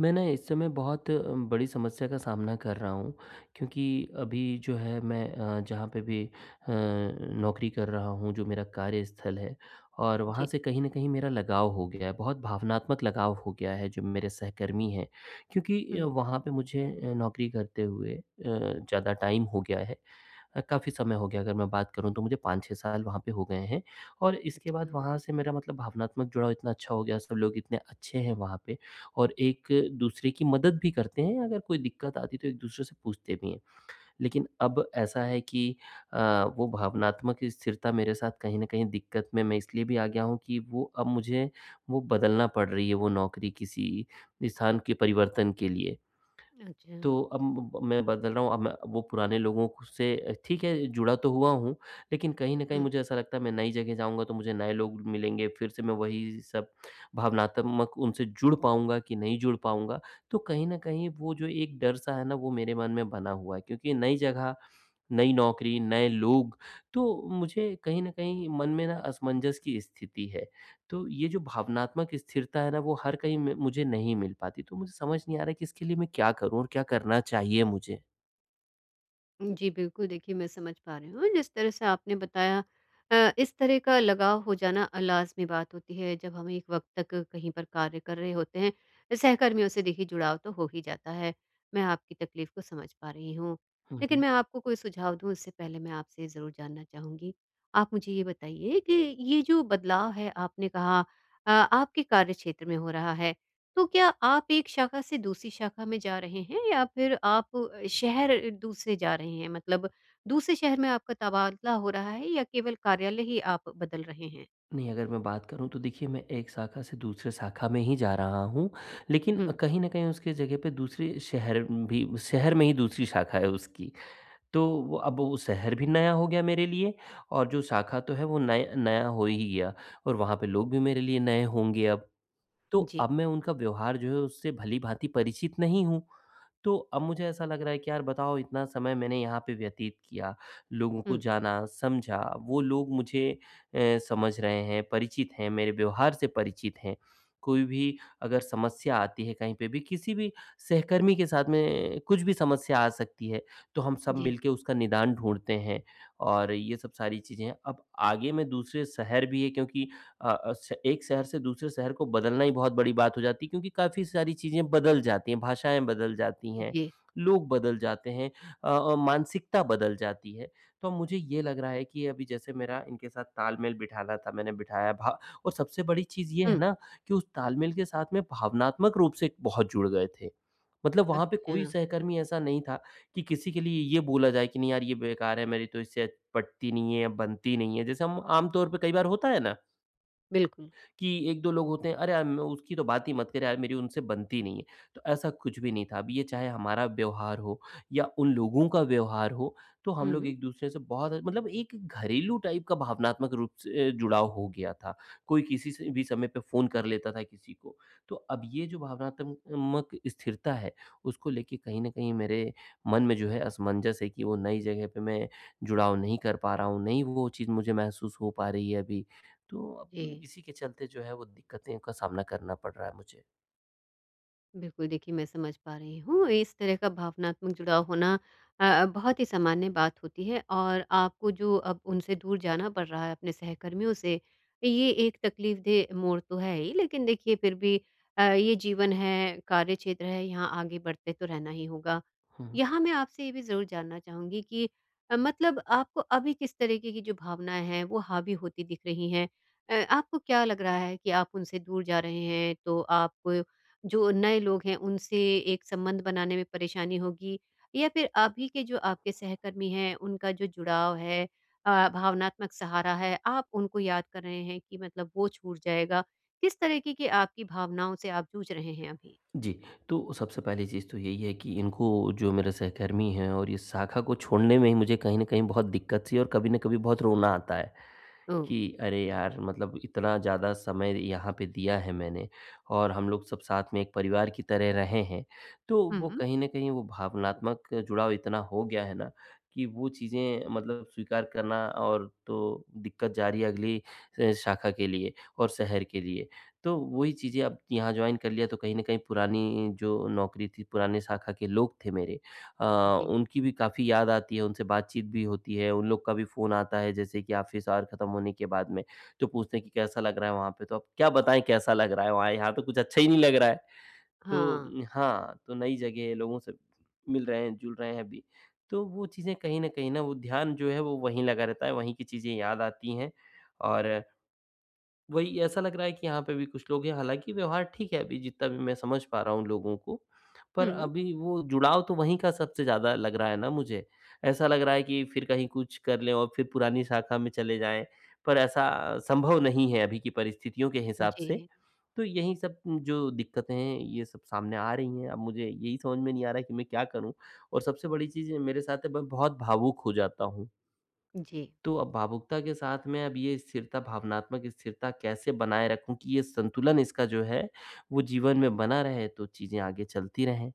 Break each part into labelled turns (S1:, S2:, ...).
S1: मैं ना इस समय बहुत बड़ी समस्या का सामना कर रहा हूँ, क्योंकि अभी जो है मैं जहाँ पे भी नौकरी कर रहा हूँ, जो मेरा कार्यस्थल है। और
S2: जी।
S1: वहाँ से कहीं ना कहीं मेरा लगाव हो गया है, बहुत भावनात्मक लगाव हो गया है, जो मेरे सहकर्मी हैं। क्योंकि
S2: हुँ।
S1: वहाँ पे मुझे नौकरी करते हुए ज़्यादा टाइम हो गया है, काफ़ी समय हो गया। अगर मैं बात करूँ तो मुझे 5-6 साल वहाँ पे हो गए हैं। और इसके बाद
S2: अच्छा।
S1: वहाँ से मेरा मतलब भावनात्मक जुड़ाव इतना अच्छा हो गया, सब लोग इतने अच्छे हैं वहाँ पे, और एक-दूसरे की मदद भी करते हैं। अगर कोई दिक्कत आती है तो एक-दूसरे से पूछते भी हैं। लेकिन अब ऐसा है कि अ, वो भावनात्मक स्थिरता मेरे साथ कहीं न कहीं दिक्कत में मैं इसलिए भी आ गया हूँ कि वो अब मुझे वो बदलना पड़ रही है, वो नौकरी किसी स्थान के परिवर्तन के लिए।
S2: अच्छा।
S1: तो अब ब मैं बदल रहा हूँ। अब मैं वो पुराने लोगों क से ठीक है जुड़ा तो हुआ हूँ, लेकिन कहीं न कहीं
S2: हुँ।
S1: मुझे ऐसा लगता है मैं नई जगह जाऊँगा तो मुझे नए लोग मिलेंगे, फिर से मैं वही सब भावनात्मक उनसे जुड़ पाऊँगा कि नहीं जुड़ पाऊँगा। तो कहीं न कहीं वो जो एक डर-सा है ना, वो मेरे मन में बना हुआ है, क्योंकि नई जगह, नई नौकरी, नए लोग, तो मुझे कहीं न कहीं मन में ना असमंजस की स्थिति है। तो ये जो भावनात्मक स्थिरता है ना, वो हर कहीं म मुझे नहीं मिल पाती, तो मुझे समझ नहीं आ रहा कि इसके लिए मैं क्या करूँ और क्या करना चाहिए मुझे?
S2: जी, बिल्कुल देखिए मैं समझ पा रही हूँ, जिस तरह से आपने बताया इस तरह का लगाव हो जाना लाज़मी बात होती है जब हम एक वक़्त तक कहीं पर कार्य कर रहे होते हैं। सहकर्मियों से देखिए जुड़ाव तो हो ही जाता है। मैं आपकी तकलीफ़ को समझ पा रही हूँ।
S1: हुँ,
S2: लेकिन
S1: हुँ।
S2: मैं आपको कोई सुझाव दूँ उससे पहले मैं आपसे ज़रूर जानना चाहूँगी। आप मुझे ये बताइए कि ये जो बदलाव है आपने कहा आपके कार्यक्षेत्र में हो रहा है। तो क्या आप एक शाखा से दूसरी शाखा में जा रहे हैं या फिर आप शहर दूसरे जा रहे हैं? मतलब दूसरे शहर में आपका तबादला हो रहा है या केवल कार्यालय ही आप बदल रहे हैं?
S1: नहीं, अगर मैं बात करूँ तो देखिए मैं एक शाखा से दूसरे शाखा में ही जा रहा हूँ, लेकिन
S2: हुँ।
S1: कहीं न कहीं उसके जगह पे दूसरे शहर भी शहर में ही दूसरी शाखा है उसकी। तो वो अब वो शहर भी नया हो गया मेरे लिए, और जो शाखा तो है वो नया नया हो ही गया, और वहाँ पे लोग भी मेरे लिए नए होंगे अब। तो
S2: जी।
S1: अब मैं उनका व्यवहार जो है उससे भली-भाँति परिचित नहीं हूँ। तो अब मुझे ऐसा लग रहा है कि यार बताओ इतना समय मैंने यहाँ पे व्यतीत किया, लोगों को
S2: हुँ।
S1: जाना, समझा, वो लोग मुझे अ, समझ रहे हैं, परिचित हैं, मेरे व्यवहार से परिचित हैं। कोई भी अगर समस्या आती है कहीं पे भी, किसी भी सहकर्मी के साथ में कुछ भी समस्या आ सकती है, तो हम सब
S2: जी।
S1: मिलके उसका निदान ढूँढते हैं और ये सब सारी चीज़ें हैं। अब आगे मैं दूसरे शहर भी है, क्योंकि अ अ, श एक शहर से दूसरे शहर को बदलना ही बहुत बड़ी बात हो जाती है, क्योंकि काफ़ी सारी चीज़ें बदल जाती हैं, भाषाएँ बदल जाती हैं,
S2: जी।
S1: लोग बदल जाते हैं, मानसिकता बदल जाती है। तो मुझे ये लग रहा है कि अभी जैसे मेरा इनके साथ तालमेल बिठाना था, मैंने बिठाया भा और सबसे बड़ी चीज़ ये है
S2: हुँ।
S1: ना कि उस तालमेल के साथ में भावनात्मक रूप से बहुत जुड़ गए थे। मतलब वहाँ पे कोई
S2: अच्छा।
S1: सहकर्मी ऐसा नहीं था कि किसी के लिए ये बोला जाए कि नहीं यार ये बेकार है, मेरी तो इससे पटती नहीं है, बनती नहीं है। जैसे हम आम तौर पे कई बार होता है ना?
S2: बिल्कुल।
S1: कि 1-2 लोग होते हैं, "अरे यार! मैं उसकी तो बात ही मत कर यार, मेरी उनसे बनती नहीं है।" तो ऐसा कुछ भी नहीं था। अब ये चाहे हमारा व्यवहार हो या उन लोगों का व्यवहार हो, तो हम लोग
S2: हुँ।
S1: एक-दूसरे से बहुत मतलब एक घरेलू टाइप का भावनात्मक रूप से जुड़ाव हो गया था। कोई किसी से भी समय पे फ़ोन कर लेता था किसी को। तो अब ये जो भावनात्मक स्थिरता है, उसको लेके कहीं न कहीं मेरे मन में जो है असमंजस है कि वो नई जगह पे मैं जुड़ाव नहीं कर पा रहा हूँ, नहीं वो चीज़ मुझे महसूस हो पा रही है अभी। तो अब
S2: जी।
S1: इसी के चलते जो है वो दिक्कतें का सामना करना पड़ रहा है मुझे।
S2: बिल्कुल, देखिए मैं समझ पा रही हूँ। इस तरह का भावनात्मक जुड़ाव होना बहुत ही सामान्य बात होती है और आपको जो अब उनसे दूर जाना पड़ रहा है अपने सहकर्मियों से, ये एक तकलीफ़देह मोड़ तो है ही। लेकिन देखिए फिर भी ये जीवन है, कार्य क्षेत्र है, यहाँ आगे बढ़ते तो रहना ही होगा।
S1: हुँ।
S2: यहाँ मैं आपसे ये भी ज़रूर जानना चाहूँगी कि मतलब आपको अभी किस तरीके की जो भावनाएँ हैं, वो हावी होती दिख रही हैं? आपको क्या लग रहा है कि आप उनसे दूर जा रहे हैं, तो आपको जो नए लोग हैं उनसे एक संबंध बनाने में परेशानी होगी या फिर अभी के जो आपके सहकर्मी हैं उनका जो जुड़ाव है भावनात्मक सहारा है आप उनको याद कर रहे हैं कि मतलब वो छूट जाएगा किस तरीके की आपकी भावनाओं से आप जूझ रहे हैं अभी?
S1: जी, तो सबसे पहली चीज़ तो यही है कि इनको जो मेरे सहकर्मी हैं और इस शाखा को छोड़ने में ही मुझे कहीं न कहीं बहुत दिक्कत सी और कभी न कभी बहुत रोना आता है।
S2: ओ।
S1: कि अरे यार मतलब इतना ज़्यादा समय यहाँ पे दिया है मैंने और हम लोग सब साथ में एक परिवार की तरह रहे हैं। तो वो
S2: हम्म।
S1: कहीं न कहीं वो भावनात्मक जुड़ाव इतना हो गया है ना कि वो चीज़ें मतलब स्वीकार करना और तो दिक्कत जा रही है अगली शाखा के लिए और शहर के लिए। तो वही चीज़ें अब यहाँ जॉइन कर लिया तो कहीं न कहीं पुरानी जो नौकरी थी, पुराने शाखा के लोग थे मेरे, अ,
S2: जी।
S1: उनकी भी काफ़ी याद आती है, उनसे बातचीत भी होती है, उन लोग का भी फ़ोन आता है जैसे कि ऑफ़िस आवर ख़त्म होने के बाद में, तो पूछते हैं कि कैसा लग रहा है वहाँ पे? तो अब क्या बताएँ कैसा लग रहा है वहाँ, यहाँ तो कुछ अच्छा ही नहीं लग रहा है। तो
S2: हाँ।
S1: हाँ, तो नई जगह है, लोगों से मिल रहे हैं, जुल रहे हैं अभी, तो वो चीज़ें कहीं न कहीं ना वो ध्यान जो है वो वहीं लगा रहता है, वहीं की चीज़ें याद आती हैं और वही ऐसा लग रहा है कि यहाँ पे भी कुछ लोग हैं, हालाँकि व्यवहार ठीक है अभी जितना भी मैं समझ पा रहा हूँ लोगों को। पर
S2: हम्म।
S1: अभी वो जुड़ाव तो वहीं का सबसे ज़्यादा लग रहा है ना मुझे। ऐसा लग रहा है कि फिर कहीं कुछ कर लें और फिर पुरानी शाखा में चले जाएँ, पर ऐसा संभव नहीं है अभी की परिस्थितियों के हिसाब से।
S2: जी।
S1: तो यही सब जो दिक्कतें हैं, ये सब सामने आ रही हैं। अब मुझे यही समझ में नहीं आ रहा है कि मैं क्या करूँ? और सबसे बड़ी चीज़ मेरे साथ है मैं बहुत भावुक हो जाता हूँ।
S2: जी,
S1: तो अब भावुकता के साथ में अब ये स्थिरता भावनात्मक स्थिरता कैसे बनाए रखूँ कि ये संतुलन इसका जो है, वो जीवन में बना रहे तो चीज़ें आगे चलती रहें?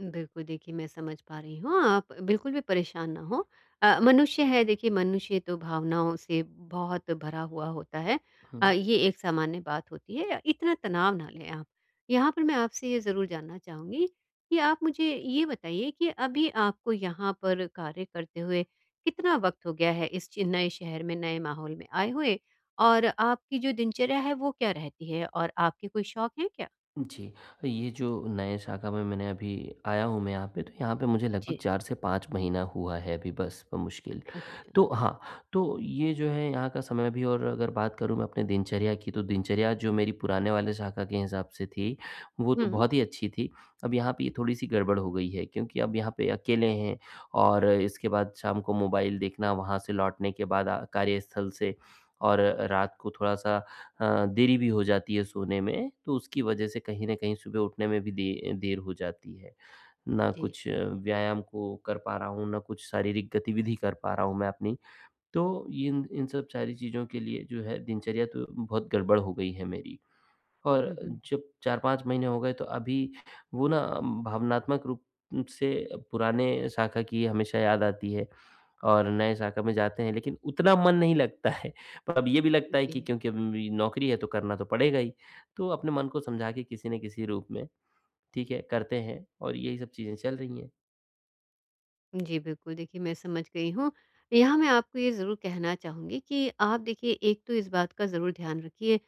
S2: बिल्कुल, देखिए मैं समझ पा रही हूँ, आप बिल्कुल भी परेशान ना हों। मनुष्य है देखिए मनुष्य तो भावनाओं से बहुत भरा हुआ होता है।
S1: हुँ।
S2: ये एक सामान्य बात होती है, इतना तनाव ना लें आप। यहाँ पर मैं आपसे ये ज़रूर जानना चाहूँगी कि आप मुझे ये बताइए कि अभी आपको यहाँ पर कार्य करते हुए कितना वक़्त हो गया है इस च नए शहर में, नए माहौल में आए हुए? और आपकी जो दिनचर्या है वो क्या रहती है और आपके कोई शौक हैं क्या?
S1: जी, ये जो नए शाखा में मैंने अभी आया हूँ मैं यहाँ पे, तो यहाँ पे मुझे लगभग
S2: जी।
S1: 4 से 5 महीना हुआ है अभी बस बमुश्किल।
S2: अच्छा।
S1: तो हाँ, तो ये जो है यहाँ का समय भी और अगर बात करूँ मैं अपने दिनचर्या की, तो दिनचर्या जो मेरी पुराने वाले शाखा के हिसाब से थी, वो तो
S2: हुँ।
S1: बहुत ही अच्छी थी। अब यहाँ पे ये थोड़ी-सी गड़बड़ हो गई है, क्योंकि अब यहाँ पे अकेले हैं, और इसके बाद शाम को मोबाइल देखना, वहाँ से लौटने के बाद कार्यस्थल से, और रात को थोड़ा-सा देरी भी हो जाती है सोने में, तो उसकी वजह से कहीं न कहीं सुबह उठने में भी दे देर हो जाती है। ना
S2: जी।
S1: कुछ व्यायाम को कर पा रहा हूँ, ना कुछ शारीरिक गतिविधि कर पा रहा हूँ मैं अपनी। तो ये इन इन सब सारी चीज़ों के लिए जो है दिनचर्या तो बहुत गड़बड़ हो गई है मेरी। और
S2: हुँ, हुँ।
S1: जब 4-5 महीने हो गए तो अभी वो ना भावनात्मक रूप से पुराने शाखा की हमेशा याद आती है और नए शाखा में जाते हैं लेकिन उतना मन नहीं लगता है। पर अब ये भी लगता है कि
S2: जी।
S1: क्योंकि अभी नौकरी है तो करना तो पड़ेगा ही। तो अपने मन को समझा के किसी न किसी रूप में ठीक है करते हैं और यही सब चीज़ें चल रही हैं।
S2: जी, बिल्कुल देखिए मैं समझ गई हूँ। यहाँ मैं आपको ये ज़रूर कहना चाहूँगी कि आप देखिए एक तो इस बात का ज़रूर ध्यान रखिए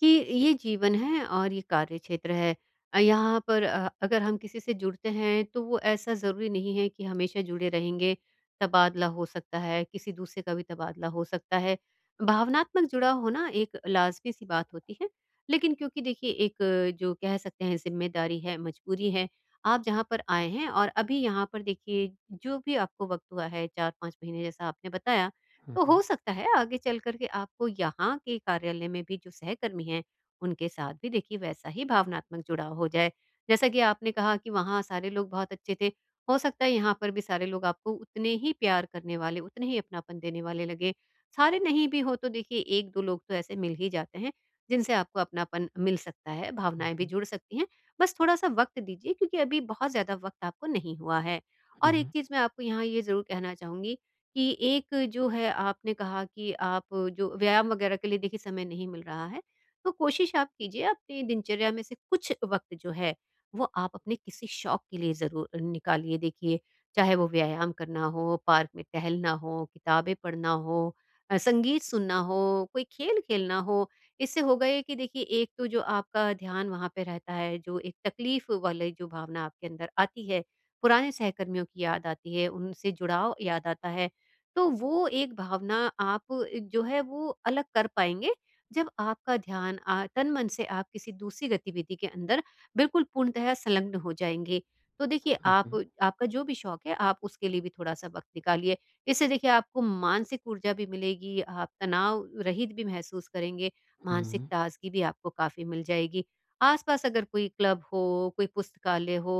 S2: कि ये जीवन है और ये कार्य क्षेत्र है। यहाँ पर अगर हम किसी से जुड़ते हैं तो वो ऐसा ज़रूरी नहीं है कि हमेशा जुड़े रहेंगे। तबादला हो सकता है, किसी दूसरे का भी तबादला हो सकता है। भावनात्मक जुड़ा होना एक लाज़मी-सी बात होती है। लेकिन क्योंकि देखिए एक जो कह सकते हैं ज़िम्मेदारी है, मजबूरी है, आप जहाँ पर आए हैं और अभी यहाँ पर देखिए जो भी आपको वक़्त हुआ है 4-5 महीने जैसा आपने बताया,
S1: हुँ,
S2: तो हो
S1: हुँ।
S2: सकता है आगे चल कर के आपको यहाँ के कार्यालय में भी जो सहकर्मी हैं, उनके साथ भी देखिए वैसा ही भावनात्मक जुड़ाव हो जाए। जैसा कि आपने कहा कि वहाँ सारे लोग बहुत अच्छे थे, हो सकता है यहाँ पर भी सारे लोग आपको उतने ही प्यार करने वाले, उतने ही अपनापन देने वाले लगे। सारे नहीं भी हो तो देखिए 1-2 लोग तो ऐसे मिल ही जाते हैं, जिनसे आपको अपनापन मिल सकता है,
S1: हुँ,
S2: भावनाएँ भी
S1: हुँ।
S2: जुड़ सकती हैं। बस थोड़ा-सा वक़्त दीजिए क्योंकि अभी बहुत ज़्यादा वक़्त आपको नहीं हुआ है। और एक चीज़ मैं आपको यहाँ ये ज़रूर कहना चाहूँगी कि एक जो है आपने कहा कि आप जो व्यायाम वग़ैरह के लिए देखिए समय नहीं मिल रहा है, तो कोशिश आप कीजिए अपनी दिनचर्या में से कुछ वक़्त जो है, वो आप अपने किसी शौक के लिए ज़रूर निकालिए देखिए। चाहे वो व्यायाम करना हो, पार्क में टहलना हो, किताबें पढ़ना हो, संगीत सुनना हो, कोई खेल खेलना हो। इससे होगा ये कि देखिए एक तो जो आपका ध्यान वहाँ पे रहता है, जो एक तकलीफ़ वाली जो भावना आपके अंदर आती है, पुराने सहकर्मियों की याद आती है, उनसे जुड़ाव याद आता है, तो वो एक भावना आप जो है वो अलग कर पाएँगे जब आपका ध्यान तन-मन से आप किसी दूसरी गतिविधि के अंदर बिल्कुल पूर्णतः संलग्न हो जाएँगे। तो देखिए
S1: हुँ,
S2: आप
S1: हुँ।
S2: आपका जो भी शौक है, आप उसके लिए भी थोड़ा-सा वक़्त निकालिए। इससे देखिए आपको मानसिक ऊर्जा भी मिलेगी, आप तनाव रहित भी महसूस करेंगे,
S1: हुँ,
S2: मानसिक
S1: हुँ।
S2: ताज़गी भी आपको काफ़ी मिल जाएगी। आस-पास अगर कोई क्लब हो, कोई पुस्तकालय हो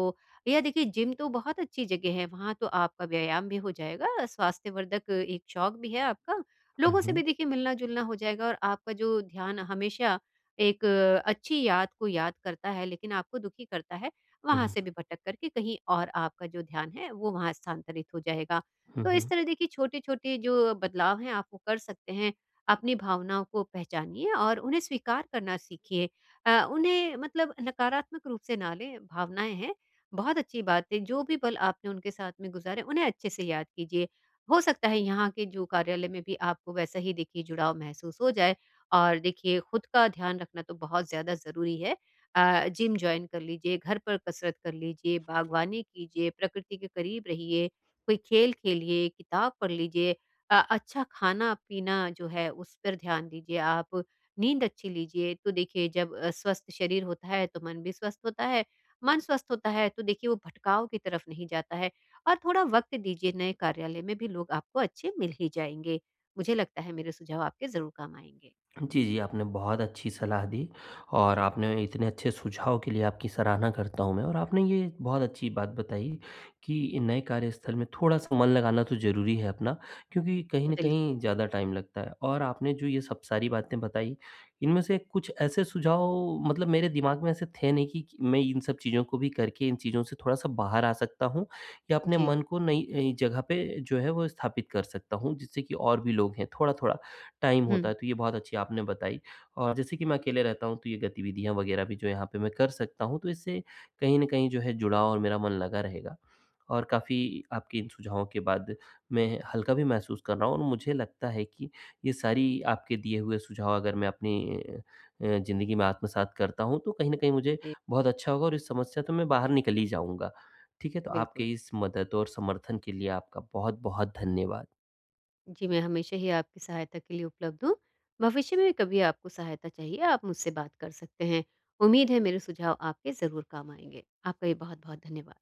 S2: या देखिए जिम तो बहुत अच्छी जगह है, वहाँ तो आपका व्यायाम भी हो जाएगा, स्वास्थ्यवर्धक एक शौक भी है आपका।
S1: हुँ, हुँ।
S2: लोगों से
S1: हुँ,
S2: भी
S1: हुँ।
S2: देखिए मिलना-जुलना हो जाएगा और आपका जो ध्यान हमेशा एक अच्छी याद को याद करता है लेकिन आपको दुखी करता है,
S1: हुँ,
S2: वहाँ
S1: हुँ।
S2: से भी भटक कर के कहीं और आपका जो ध्यान है वो वहाँ स्थानांतरित हो जाएगा।
S1: हुँ,
S2: तो इस
S1: हुँ।
S2: तरह देखिए छोटे-छोटे जो बदलाव हैं आप वो कर सकते हैं। अपनी भावनाओं को पहचानिए और उन्हें स्वीकार करना सीखिए। उन्हें मतलब नकारात्मक रूप से ना लें, भावनाएँ हैं, बहुत अच्छी बात है। जो भी पल आपने उनके साथ में गुज़ारे, उन्हें अच्छे से याद कीजिए। हो सकता है यहाँ के जो कार्यालय में भी आपको वैसा ही देखिए जुड़ाव महसूस हो जाए और देखिए खुद का ध्यान रखना तो बहुत ज़्यादा ज़रूरी है। जिम जॉइन कर लीजिए, घर पर कसरत कर लीजिए, बागवानी कीजिए, प्रकृति के करीब रहिए, कोई खेल खेलिए, किताब पढ़ लीजिए। अच्छा खाना-पीना जो है उस पर ध्यान दीजिए आप, नींद अच्छी लीजिए तो देखिए जब स्वस्थ शरीर होता है तो मन भी स्वस्थ होता है, मन स्वस्थ होता है तो देखिए वो भटकाव की तरफ नहीं जाता है और थोड़ा वक़्त दीजिए नए कार्यालय में भी लोग आपको अच्छे मिल ही जाएँगे। मुझे लगता है मेरे सुझाव आपके ज़रूर काम आएँगे।
S1: जी, जी, आपने बहुत अच्छी सलाह दी, और आपने इतने अच्छे सुझाव के लिए आपकी सराहना करता हूँ मैं, और आपने ये बहुत अच्छी बात बताई कि इन नए कार्यस्थल में थोड़ा-सा मन लगाना तो ज़रूरी है अपना, क्योंकि कहीं न
S2: बिल्कुल।
S1: कहीं ज़्यादा टाइम लगता है, और आपने जो ये सब सारी बातें बताई, इनमें से कुछ ऐसे सुझाव मतलब मेरे दिमाग में ऐसे थे नहीं कि मैं इन सब चीज़ों को भी करके इन चीज़ों से थोड़ा-सा बाहर आ सकता हूँ या अपने
S2: जी।
S1: मन को नई जगह पे जो है वो स्थापित कर सकता हूँ, जिससे कि और भी लोग हैं थोड़ा-थोड़ा टाइम होता
S2: हुँ,
S1: है, तो ये बहुत अच्छी आपने बताई। और जैसे कि मैं अकेले रहता हूँ, तो ये गतिविधियाँ वगैरह भी जो यहाँ पे मैं कर सकता हूँ, तो इससे कहीं न कहीं जो है जुड़ाव और मेरा मन लगा रहेगा। और काफ़ी आपके इन सुझावों के बाद मैं हल्का भी महसूस कर रहा हूँ, और मुझे लगता है कि ये सारी आपके दिए हुए सुझाव अगर मैं अपनी ज़िंदगी में आत्मसात करता हूँ, तो कहीं न कहीं मुझे
S2: जी,
S1: बहुत अच्छा होगा और इस समस्या तो मैं बाहर निकल ही जाऊँगा। ठीक है? तो
S2: बिल्कुल।
S1: आपके इस मदद और समर्थन के लिए आपका बहुत-बहुत धन्यवाद।
S2: जी, मैं हमेशा ही आपकी सहायता के लिए उपलब्ध हूँ। भविष्य में भी कभी आपको सहायता चाहिए, आप मुझसे बात कर सकते हैं। उम्मीद है मेरे सुझाव आपके ज़रूर काम आएँगे। आपका भी बहुत-बहुत धन्यवाद।